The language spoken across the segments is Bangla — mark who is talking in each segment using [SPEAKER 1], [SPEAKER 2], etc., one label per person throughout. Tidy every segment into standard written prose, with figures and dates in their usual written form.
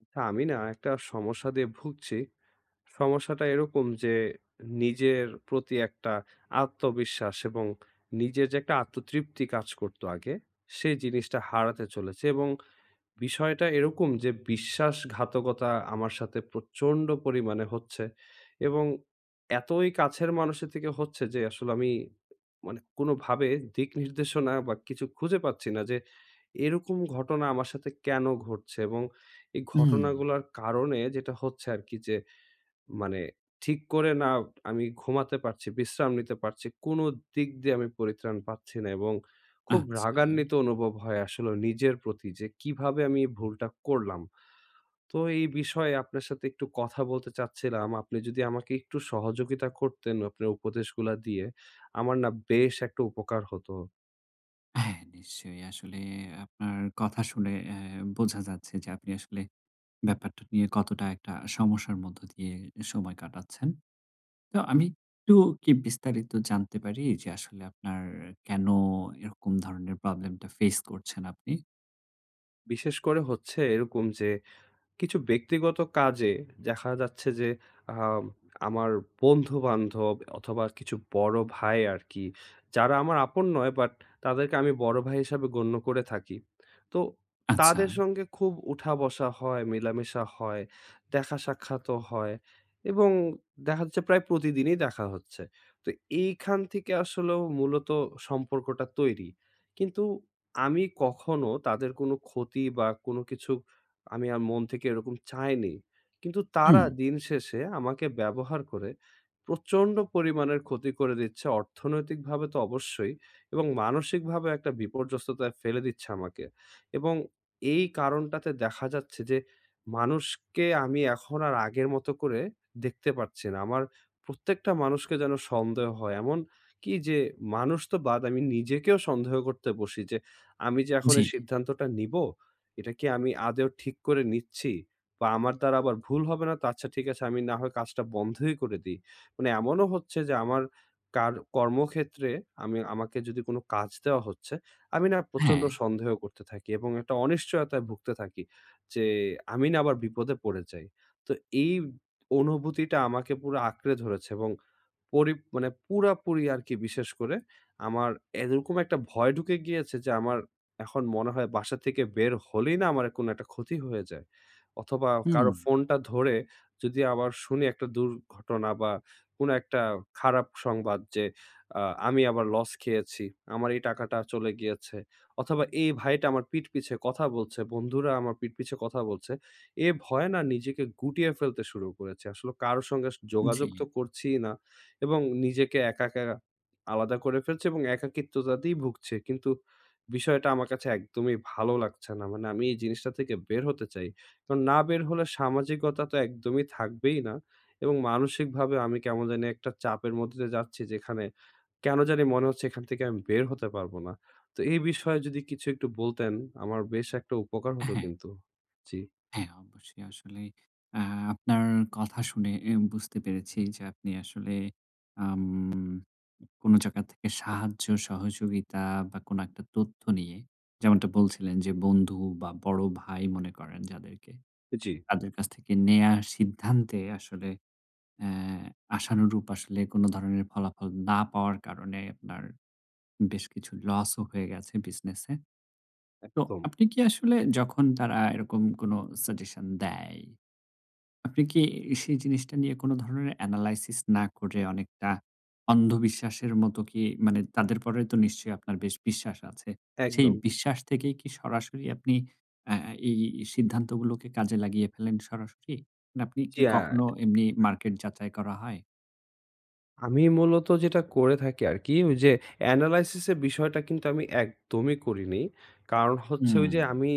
[SPEAKER 1] আচ্ছা, আমি না একটা সমস্যা দিয়ে ভুগছি। সমস্যাটা এরকম যে নিজের প্রতি একটা আত্মবিশ্বাস এবং নিজের যে একটা আত্মতৃপ্তি কাজ করতো আগে, সেই জিনিসটা হারাতে চলেছে এবং বিষয়টা এরকম যে বিশ্বাসঘাতকতা আমার সাথে প্রচন্ড পরিমাণে হচ্ছে এবং এতই কাছের মানুষের থেকে হচ্ছে যে আসলে আমি মানে কোনোভাবে দিক নির্দেশনা বা কিছু খুঁজে পাচ্ছি না যে এরকম ঘটনা আমার সাথে কেন ঘটছে এবং এই
[SPEAKER 2] হুম,
[SPEAKER 1] ঘটনাগুলোর কারণে যেটা হচ্ছে আর কি, যে মানে ঠিক করে না আমি ঘুমাতে পারছি, বিশ্রাম নিতে পারছি। কোনো দিক দিয়ে আমি পরিত্রাণ পাচ্ছি না এবং খুব
[SPEAKER 2] আচ্ছা।
[SPEAKER 1] রাগান্বিত অনুভব হয় আসলে নিজের প্রতি যে কিভাবে আমি এই ভুলটা করলাম। তো এই বিষয়ে আপনার সাথে একটু কথা বলতে চাচ্ছিলাম। আপনি যদি আমাকে একটু সহযোগিতা করতেন আপনার উপদেশগুলা দিয়ে, আমার না বেশ একটা উপকার হতো।
[SPEAKER 2] হ্যাঁ, নিশ্চয়ই। আসলে আপনার কথা শুনে বোঝা যাচ্ছে যে আপনি আসলে ব্যাপারটা নিয়ে কতটা একটা সমস্যার মধ্য দিয়ে সময় কাটাচ্ছেন। তো আমি একটু কি বিস্তারিত জানতে পারি যে আসলে আপনার কেন এরকম ধরনের প্রবলেমটা ফেস করছেন আপনি?
[SPEAKER 1] বিশেষ করে হচ্ছে এরকম যে কিছু ব্যক্তিগত কাজে দেখা যাচ্ছে যে আম আমার বন্ধু-বান্ধব অথবা কিছু বড় ভাই আরকি, যারা আমার আপন নয়, বাট তাদেরকে আমি বড় ভাই হিসাবে গণ্য করে থাকি। তো
[SPEAKER 2] আচ্ছা।
[SPEAKER 1] তাদের সঙ্গে খুব উঠা-বসা হয়, মেলামেশা হয়, দেখা সাক্ষাৎও হয় এবং দেখা যাচ্ছে প্রায় প্রতিদিনই দেখা হচ্ছে। তো এইখান থেকে আসলেও মূলত সম্পর্কটা তৈরি। কিন্তু আমি কখনো তাদের কোনো ক্ষতি বা কোনো কিছু আমি আর মন থেকে এরকম চাইনি। কিন্তু তারা
[SPEAKER 2] হুম,
[SPEAKER 1] দিন শেষে আমাকে ব্যবহার করে প্রচন্ড পরিমাণের ক্ষতি করে দিচ্ছে। অর্থনৈতিকভাবে তো অবশ্যই, এবং মানসিকভাবে একটা বিপর্যস্ততায় ফেলে দিচ্ছে আমাকে। এবং এই কারণটাতে দেখা যাচ্ছে যে মানুষকে আমি এখন আর আগের মতো করে দেখতে পারছি না। আমার প্রত্যেকটা মানুষকে যেন সন্দেহ হয়। এমন কি যে মানুষ তো বাদ, আমি নিজেকেও সন্দেহ করতে বসি যে আমি যে এখন
[SPEAKER 2] জি।
[SPEAKER 1] এই সিদ্ধান্তটা নিবো? এটা কি আমি আদৌ ঠিক করে নিচ্ছি? বা আমার দ্বারা আবার ভুল হবে না তো? আচ্ছা, ঠিক আছে, আমি না হয় কাজটা বন্ধই করে দিই। মানে এমনও হচ্ছে যে আমার কার কর্মক্ষেত্রে আমি আমাকে যদি কোনো কাজ দেওয়া হচ্ছে, আমি না প্রচন্ড
[SPEAKER 2] হ্যাঁ।
[SPEAKER 1] সন্দেহ করতে থাকি এবং একটা অনিশ্চয়তায় ভুগতে থাকি যে আমি না আবার বিপদে পড়ে যাই। তো এই অনুভূতিটা আমাকে পুরো আঁকড়ে ধরেছে এবং মানে পুরাপুরি আরকি, বিশেষ করে আমার এরকম একটা ভয় ঢুকে গিয়েছে যে আমার এখন মনে হয় বাসা থেকে বের হলেই না আমার কোনো একটা ক্ষতি হয়ে যায়। অথবা
[SPEAKER 2] হুম,
[SPEAKER 1] কারো ফোনটা ধরে যদি আবার শুনি একটা দুর্ঘটনা বা কোনো একটা খারাপ সংবাদ যে আ আমি আবার লস খেয়েছি। আমার এই টাকাটা চলে গিয়েছে। অথবা এই ভাইটা আমার পিঠ পিছে কথা বলছে, বন্ধুরা আমার পিঠ পিছে কথা বলছে। এ ভয়ে না নিজেকে গুটিয়ে ফেলতে শুরু করেছি। আসলে কারো সঙ্গে
[SPEAKER 2] জি।
[SPEAKER 1] যোগাযোগ তো করছিই না। এবং নিজেকে একা, একা আলাদা করে ফেলছে এবং একাকিত্বতাতেই ভুগছে। কিন্তু বিষয়টা আমার কাছে একদমই ভালো লাগছে না। মানে আমি এই জিনিসটা থেকে বের হতে চাই। কারণ না বের হলে সামাজিকতা তো একদমই থাকবেই না, এবং মানসিকভাবে আমি কেমন জানি একটা চাপের মধ্যে দিয়ে যাচ্ছি যেখানে কেন জানি মনে হচ্ছে এখান থেকে আমি বের হতে পারবো না। তো এই বিষয়ে যদি কিছু একটু বলতেন, আমার বেশ একটা উপকার হতো
[SPEAKER 2] হ্যাঁ।
[SPEAKER 1] কিন্তু। জি,
[SPEAKER 2] হ্যাঁ, অবশ্যই আসলেই আ আপনার কথা শুনে এ বুঝতে পেরেছি যে আপনি আসলে আম কোনো জায়গা থেকে সাহায্য, সহযোগিতা বা কোনো একটা তথ্য নিয়ে যেমনটা বলছিলেন যে বন্ধু বা বড় ভাই মনে করেন যাদেরকে,
[SPEAKER 1] জি,
[SPEAKER 2] তাদের কাছ থেকে নেয়ার সিদ্ধান্তে আসলে অ্যা আশানুরূপ আসলে কোনো ধরনের ফলাফল না পাওয়ার কারণে আপনার বেশ কিছু লসও হয়ে গেছে বিজনেসে। তো
[SPEAKER 1] একদম।
[SPEAKER 2] আপনি কি আসলে যখন তারা এরকম কোনো সাজেশন দেয় আপনি কি সেই জিনিসটা নিয়ে কোন ধরনের এনালাইসিস না করে অনেকটা অন্ধবিশ্বাসের মতো কি মানে তাদের পরে তো নিশ্চয়ই আপনার বেশ বিশ্বাস আছে। সেই
[SPEAKER 1] একদম।
[SPEAKER 2] বিশ্বাস থেকেই কি সরাসরি আপনি আ এই সিদ্ধান্তগুলোকে কাজে লাগিয়ে ফেলেন সরাসরি? না আপনি
[SPEAKER 1] জি,
[SPEAKER 2] কি কখনো এমনি মার্কেট যাচাই করা হয়?
[SPEAKER 1] আমি মূলত যেটা করে থাকি আরকি, ওই যে এনালাইসিস এর বিষয়টা কিন্তু আমি একদমই করিনি। কারণ হচ্ছে ওই
[SPEAKER 2] হুম,
[SPEAKER 1] যে আমি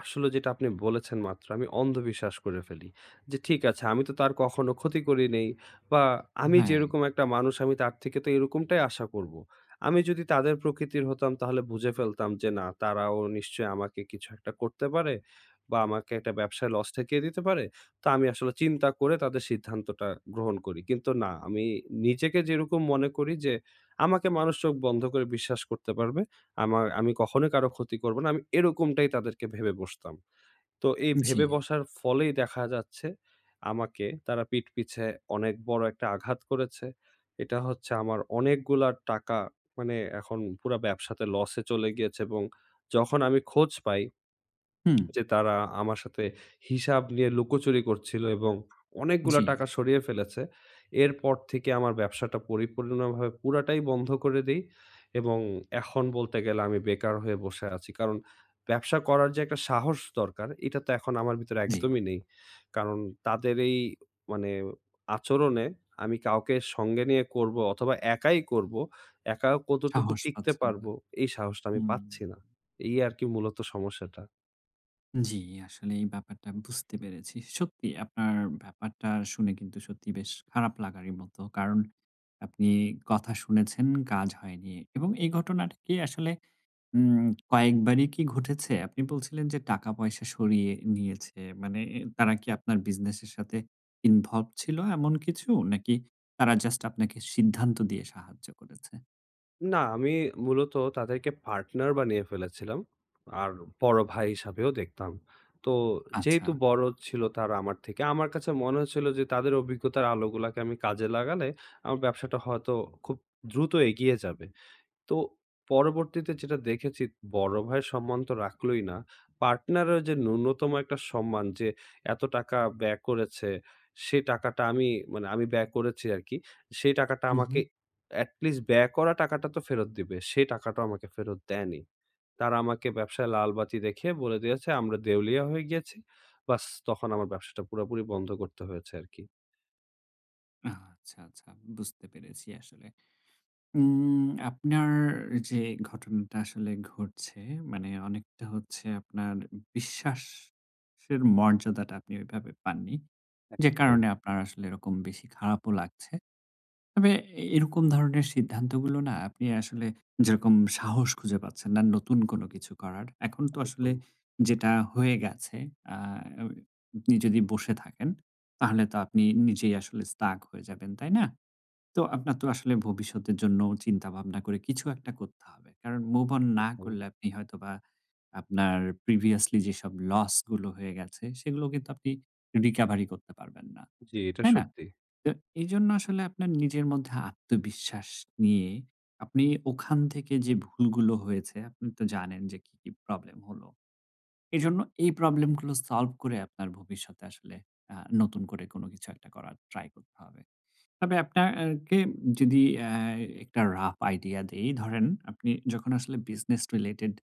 [SPEAKER 1] আসলে যেটা আপনি বলেছেন মাত্র, আমি অন্ধবিশ্বাস করে ফেলি। যে ঠিক আছে, আমি তো তার কখনো ক্ষতি করি নাই বা আমি
[SPEAKER 2] রাইট।
[SPEAKER 1] যেরকম একটা মানুষ, আমি তার থেকে তো এরকমটাই আশা করব। আমি যদি তাদের প্রকৃতির হতাম, তাহলে বুঝে ফেলতাম যে না, তারাও নিশ্চয়ই আমাকে কিছু একটা করতে পারে বা আমাকে একটা ব্যবসায় লস ঠেকিয়ে দিতে পারে। তো আমি আসলে চিন্তা করে তাদের সিদ্ধান্তটা গ্রহণ করি। কিন্তু না, আমি নিজেকে যেরকম মনে করি যে, আমাকে মানুষ চোখ বন্ধ করে বিশ্বাস করতে পারবে। আমার আমি কখনোই কারো ক্ষতি করব না। আমি এরকমটাই তাদেরকে ভেবে বসতাম। তো এই
[SPEAKER 2] জি,
[SPEAKER 1] ভেবে বসার ফলেই দেখা যাচ্ছে আমাকে তারা পিঠ পিছে অনেক বড় একটা আঘাত করেছে। এটা হচ্ছে আমার অনেকগুলা টাকা, মানে এখন পুরা ব্যবসাতে লসে চলে গিয়েছে। এবং যখন আমি খোঁজ পাই
[SPEAKER 2] হুম,
[SPEAKER 1] যে তারা আমার সাথে হিসাব নিয়ে লুকোচুরি করছিল এবং অনেকগুলা
[SPEAKER 2] জি,
[SPEAKER 1] টাকা সরিয়ে ফেলেছে। এরপর থেকে আমার ব্যবসাটা পরিপূর্ণভাবে পুরাটাই বন্ধ করে দেই এবং এখন বলতে গেলে আমি বেকার হয়ে বসে আছি। কারণ ব্যবসা করার যে একটা সাহস দরকার, এটা তো এখন আমার ভিতরে
[SPEAKER 2] জি।
[SPEAKER 1] একদমই নেই। কারণ তাদের এই, মানে, আচরণে আমি কাউকে সঙ্গে নিয়ে করব অথবা একাই করব, একা কতটুকু
[SPEAKER 2] সাহস
[SPEAKER 1] টিকতে
[SPEAKER 2] পাচ্ছেন না।
[SPEAKER 1] পারবো, এই সাহসটা আমি
[SPEAKER 2] হুম।
[SPEAKER 1] পাচ্ছি না। এই আরকি মূলত সমস্যাটা।
[SPEAKER 2] জি, আসলে এই ব্যাপারটা বুঝতে পেরেছি। সত্যি আপনার ব্যাপারটা শুনে কিন্তু সত্যি বেশ খারাপ লাগারই মতো। কারণ আপনি কথা শুনেছেন, কাজ হয়নি এবং এই ঘটনাটা কি আসলে উম কয়েকবারই কি ঘটেছে? আপনি বলছিলেন যে টাকা-পয়সা সরিয়ে নিয়েছে। মানে তারা কি আপনার বিজনেসের সাথে ইনভলভ ছিল এমন কিছু? নাকি তারা জাস্ট আপনাকে সিদ্ধান্ত দিয়ে সাহায্য করেছে?
[SPEAKER 1] না, আমি মূলত তাদেরকে পার্টনার বানিয়ে ফেলেছিলাম। আর বড় ভাই হিসাবেও দেখতাম। তো
[SPEAKER 2] আচ্ছা।
[SPEAKER 1] যেহেতু বড় ছিল তারা আমার থেকে, আমার কাছে মনে হচ্ছিল যে তাদের অভিজ্ঞতার আলোগুলাকে আমি কাজে লাগালে আমার ব্যবসাটা হয়তো খুব দ্রুত এগিয়ে যাবে। তো পরবর্তীতে যেটা দেখেছি, বড় ভাইয়ের সম্মান তো রাখলোই না। পার্টনারের যে ন্যূনতম একটা সম্মান, যে এত টাকা ব্যয় করেছে, সে টাকাটা আমি, মানে আমি ব্যয় করেছি আরকি। সেই টাকাটা
[SPEAKER 2] হু, হু।
[SPEAKER 1] আমাকে এটলিস্ট, ব্যয় করা টাকাটা তো ফেরত দিবে। সেই টাকাটাও আমাকে ফেরত দেয়নি। তারা আমাকে ব্যবসায় লাল বাতি দেখিয়ে বলে দিয়েছে, "আমরা দেউলিয়া হয়ে গিয়েছি।" বাস, তখন আমার ব্যবসাটা পুরোপুরি বন্ধ করতে হয়েছে আরকি।
[SPEAKER 2] আচ্ছা, আচ্ছা, বুঝতে পেরেছি আসলে। আপনার যে ঘটনাটা আসলে ঘটছে মানে অনেকটা হচ্ছে আপনার বিশ্বাসের মর্যাদাটা আপনি ওইভাবে পাননি। যে
[SPEAKER 1] একদম,
[SPEAKER 2] কারণে আপনার আসলে এরকম বেশি খারাপও লাগছে। তবে এ এরকম ধরনের সিদ্ধান্তগুলো না আপনি আসলে যেরকম সাহস খুঁজে পাচ্ছেন না নতুন কোনো কিছু করার। এখন তো আসলে
[SPEAKER 1] একদম,
[SPEAKER 2] যেটা হয়ে গেছে আ আপনি যদি বসে থাকেন তাহলে তো আপনি নিজেই আসলে stuck হয়ে যাবেন, তাই না? তো আপনার তো আসলে ভবিষ্যতের জন্য চিন্তা ভাবনা করে কিছু একটা করতে হবে। কারণ মুভ অন না
[SPEAKER 1] একদম।
[SPEAKER 2] করলে আপনি হয়তোবা আপনার প্রিভিয়াসলি যেসব লস গুলো হয়ে গেছে সেগুলো কিন্তু আপনি রিকভারি করতে পারবেন না।
[SPEAKER 1] জি, এটা
[SPEAKER 2] তাই না?
[SPEAKER 1] সত্যি।
[SPEAKER 2] তো এজন্য আসলে আপনার নিজের মধ্যে আত্মবিশ্বাস নিয়ে আপনি ওখান থেকে যে ভুলগুলো হয়েছে আপনি তো জানেন যে কি, কি প্রবলেম হলো। এজন্য এই প্রবলেম গুলো সলভ করে আপনার ভবিষ্যতে আসলে নতুন করে কোনো কিছু একটা করার ট্রাই করতে হবে। তবে আপনার কে যদি আ একটা রাফ আইডিয়া দেই, ধরেন আপনি যখন আসলে বিজনেস রিলেটেড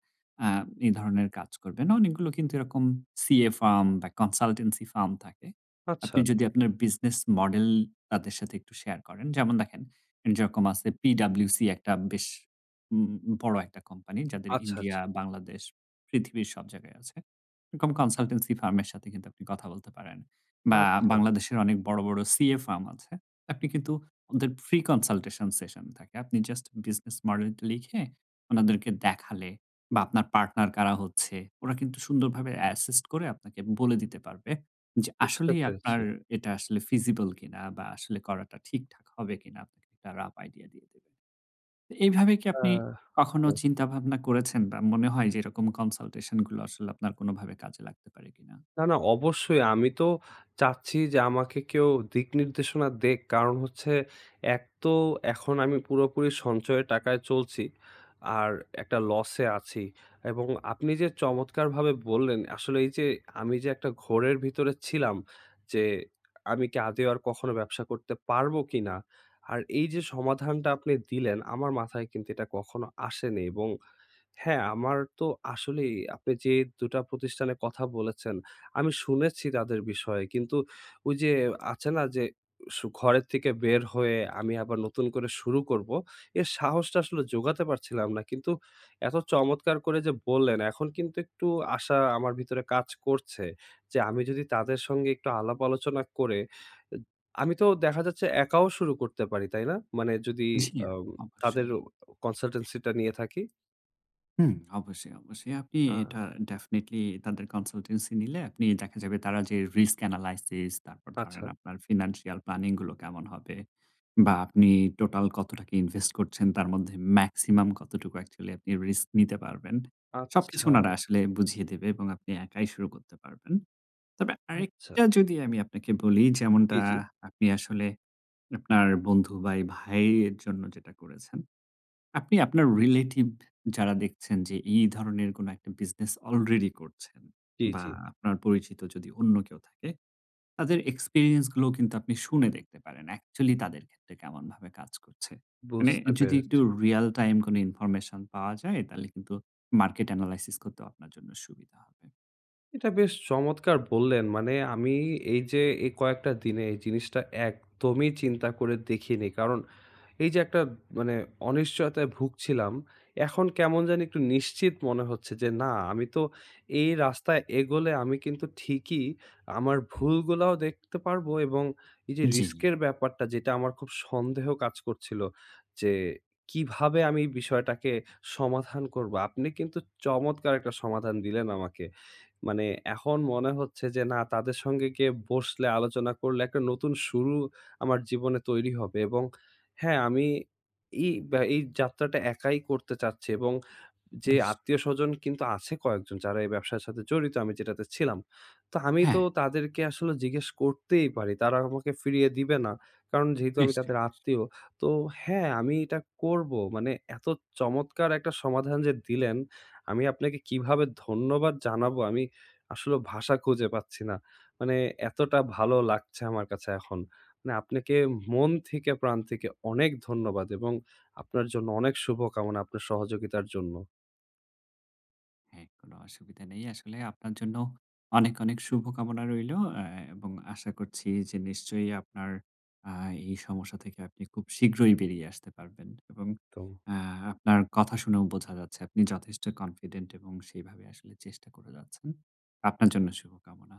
[SPEAKER 2] আ এই ধরনের কাজ করবেন, অনেকগুলো কিন্তু এরকম সিএ ফার্ম বা কনসালটেন্সি ফার্ম থাকে।
[SPEAKER 1] আচ্ছা,
[SPEAKER 2] আপনি যদি আপনার বিজনেস মডেল তাদের সাথে একটু শেয়ার করেন, যেমন দেখেন যেরকম আছে পিডাব্লিউসি একটা বেশ উম বড় একটা কোম্পানি যাদের
[SPEAKER 1] আচ্ছা,
[SPEAKER 2] ইন্ডিয়া,
[SPEAKER 1] আচ্ছা,
[SPEAKER 2] বাংলাদেশ, পৃথিবীর সব জায়গায় আছে। এরকম কনসালটেন্সি ফার্মের সাথে কিন্তু আপনি কথা বলতে পারেন। বা
[SPEAKER 1] আচ্ছা।
[SPEAKER 2] বাংলাদেশের অনেক বড়, বড় সিএ ফার্ম আছে। আপনি কিন্তু ওদের ফ্রি কনসালটেশন সেশন থাকে। আপনি জাস্ট বিজনেস মডেল লিখে ওনাদেরকে দেখালে বা আপনার পার্টনার কারা হচ্ছে, ওরা কিন্তু সুন্দরভাবে অ্যাসিস্ট করে আপনাকে বলে দিতে পারবে যে
[SPEAKER 1] বুঝতে
[SPEAKER 2] আসলেই
[SPEAKER 1] পেরেছি।
[SPEAKER 2] আপনার এটা আসলে ফিজিবল কিনা বা আসলে করাটা ঠিকঠাক হবে কিনা আপনাকে একটা রাফ আইডিয়া দিয়ে দেবে। এইভাবে কি
[SPEAKER 1] আ
[SPEAKER 2] আপনি কখনো চিন্তা ভাবনা করেছেন বা মনে হয় যে এরকম কনসালটেশন গুলো আসলে আপনার কোনোভাবে কাজে লাগতে পারে কিনা?
[SPEAKER 1] না, না, অবশ্যই আমি তো চাচ্ছি যে আমাকে কেউ দিক নির্দেশনা দেক। কারণ হচ্ছে এক তো এখন আমি পুরোপুরি সঞ্চয়ের টাকায় চলছি। আর একটা লসে আছি। এবং আপনি যে চমৎকারভাবে বললেন আসলে এই যে আমি যে একটা ঘোরের ভিতরে ছিলাম যে আমি কি আদৌ আর কখনো ব্যবসা করতে পারবো কিনা? আর এই যে সমাধানটা আপনি দিলেন, আমার মাথায় কিন্তু এটা কখনো আসেনি। এবং হ্যাঁ, আমার তো আসলেই, আপনি যে ২টা টা প্রতিষ্ঠানের কথা বলেছেন, আমি শুনেছি তাদের বিষয়ে। কিন্তু ওই যে আছে না যে ঘরের থেকে বের হয়ে আমি আবার নতুন করে শুরু করব, এর সাহসটা আসলে জোগাতে পারছিলাম না। কিন্তু এত চমৎকার করে যে বললেন, এখন কিন্তু একটু আশা আমার ভিতরে কাজ করছে যে আমি যদি তাদের সঙ্গে একটু আলাপ আলোচনা করে, এ আমি তো দেখা যাচ্ছে একাও শুরু করতে পারি, তাই না? মানে যদি
[SPEAKER 2] জি,
[SPEAKER 1] আম তাদের
[SPEAKER 2] অবশ্যই।
[SPEAKER 1] কনসালটেন্সি টা নিয়ে থাকি?
[SPEAKER 2] হুম, অবশ্যই, অবশ্যই। আপনি
[SPEAKER 1] আ
[SPEAKER 2] এটা ডেফিনিটলি তাদের কনসালটেন্সি নিলে আপনি দেখা যাবে তারা যে রিস্ক অ্যানালাইসিস তারপর
[SPEAKER 1] আচ্ছা,
[SPEAKER 2] ধরেন আপনার ফিনান্সিয়াল প্ল্যানিং গুলো কেমন হবে বা আপনি টোটাল কত টাকা ইনভেস্ট করছেন তার মধ্যে ম্যাক্সিমাম কতটুকু অ্যাকচুয়ালি আপনি রিস্ক নিতে পারবেন। সবকিছু
[SPEAKER 1] আচ্ছা,
[SPEAKER 2] উনারা আসলে বুঝিয়ে দেবে এবং আপনি একাই শুরু করতে পারবেন। তবে
[SPEAKER 1] আচ্ছা।
[SPEAKER 2] আরেকটা যদি আমি আপনাকে বলি,
[SPEAKER 1] জি,
[SPEAKER 2] যেমনটা
[SPEAKER 1] জি,
[SPEAKER 2] আপনি আসলে আপনার বন্ধু বা এই ভাইয়ের জন্য যেটা করেছেন। আপনি আপনার রিলেটিভ যারা দেখছেন যে এই ধরনের কোনো একটা বিজনেস অলরেডি করছেন
[SPEAKER 1] জি,
[SPEAKER 2] বা
[SPEAKER 1] জি।
[SPEAKER 2] আপনার পরিচিত যদি অন্য কেউ থাকে, তাদের এক্সপেরিয়েন্স গুলো কিন্তু আপনি শুনে দেখতে পারেন। অ্যাকচুয়ালি তাদের ক্ষেত্রে কেমনভাবে কাজ করছে। মানে
[SPEAKER 1] বুঝতে
[SPEAKER 2] যদি একটু
[SPEAKER 1] পেরেছি।
[SPEAKER 2] রিয়াল টাইম কোনো ইনফরমেশন পাওয়া যায়, তাহলে কিন্তু মার্কেট এনালাইসিস করতেও আপনার জন্য সুবিধা হবে।
[SPEAKER 1] এটা বেশ চমৎকার বললেন। মানে আমি এই যে এই কয়েকটা দিনে এই জিনিসটা একদমই চিন্তা করে দেখিনি। কারণ এই যে একটা, মানে, অনিশ্চয়তায় ভুগছিলাম, এখন কেমন জানি একটু নিশ্চিত মনে হচ্ছে যে না, আমি তো এই রাস্তায় এগোলে আমি কিন্তু ঠিকই আমার ভুলগুলাও দেখতে পারবো এবং এই যে
[SPEAKER 2] জি,
[SPEAKER 1] রিস্কের ব্যাপারটা যেটা আমার খুব সন্দেহ কাজ করছিল যে কিভাবে আমি এই বিষয়টাকে সমাধান করবো। আপনি কিন্তু চমৎকার একটা সমাধান দিলেন আমাকে। মানে এখন মনে হচ্ছে যে না, তাদের সঙ্গে গিয়ে বসলে, আলোচনা করলে একটা নতুন শুরু আমার জীবনে তৈরি হবে। এবং হ্যাঁ, আমি এই, বা এই যাত্রাটা একাই করতে চাচ্ছি এবং যে
[SPEAKER 2] নিশ্চয়ই।
[SPEAKER 1] আত্মীয়স্বজন কিন্তু আছে কয়েকজন যারা এই ব্যবসার সাথে জড়িত আমি যেটাতে ছিলাম। তো আমি তো
[SPEAKER 2] হ্যাঁ,
[SPEAKER 1] তাদেরকে আসলে জিজ্ঞেস করতেই পারি। তারা আমাকে ফিরিয়ে দিবে না। কারণ যেহেতু আমি তাদের
[SPEAKER 2] নিশ্চয়ই,
[SPEAKER 1] আত্মীয়।
[SPEAKER 2] নিশ্চয়ই।
[SPEAKER 1] তো হ্যাঁ, আমি এটা করব। মানে এত চমৎকার একটা সমাধান যে দিলেন, আমি আপনাকে কিভাবে ধন্যবাদ জানাবো আমি আসলে ভাষা খুঁজে পাচ্ছি না। মানে এতটা ভালো লাগছে আমার কাছে এখন। মানে আপনাকে মন থেকে, প্রাণ থেকে অনেক ধন্যবাদ এবং আপনার জন্য অনেক শুভকামনা আপনার সহযোগিতার জন্য।
[SPEAKER 2] হ্যাঁ, কোনো অসুবিধা নেই। আসলে আপনার জন্য অনেক, অনেক শুভকামনা রইলো। এবং আশা করছি যে নিশ্চয়ই আপনার আ এই সমস্যা থেকে আপনি খুব শীঘ্রই বেরিয়ে আসতে পারবেন। এবং
[SPEAKER 1] তো।
[SPEAKER 2] আ আপনার কথা শুনেও বোঝা যাচ্ছে আপনি যথেষ্ট কনফিডেন্ট এবং সেইভাবে আসলে চেষ্টা করে যাচ্ছেন। আপনার জন্য শুভকামনা।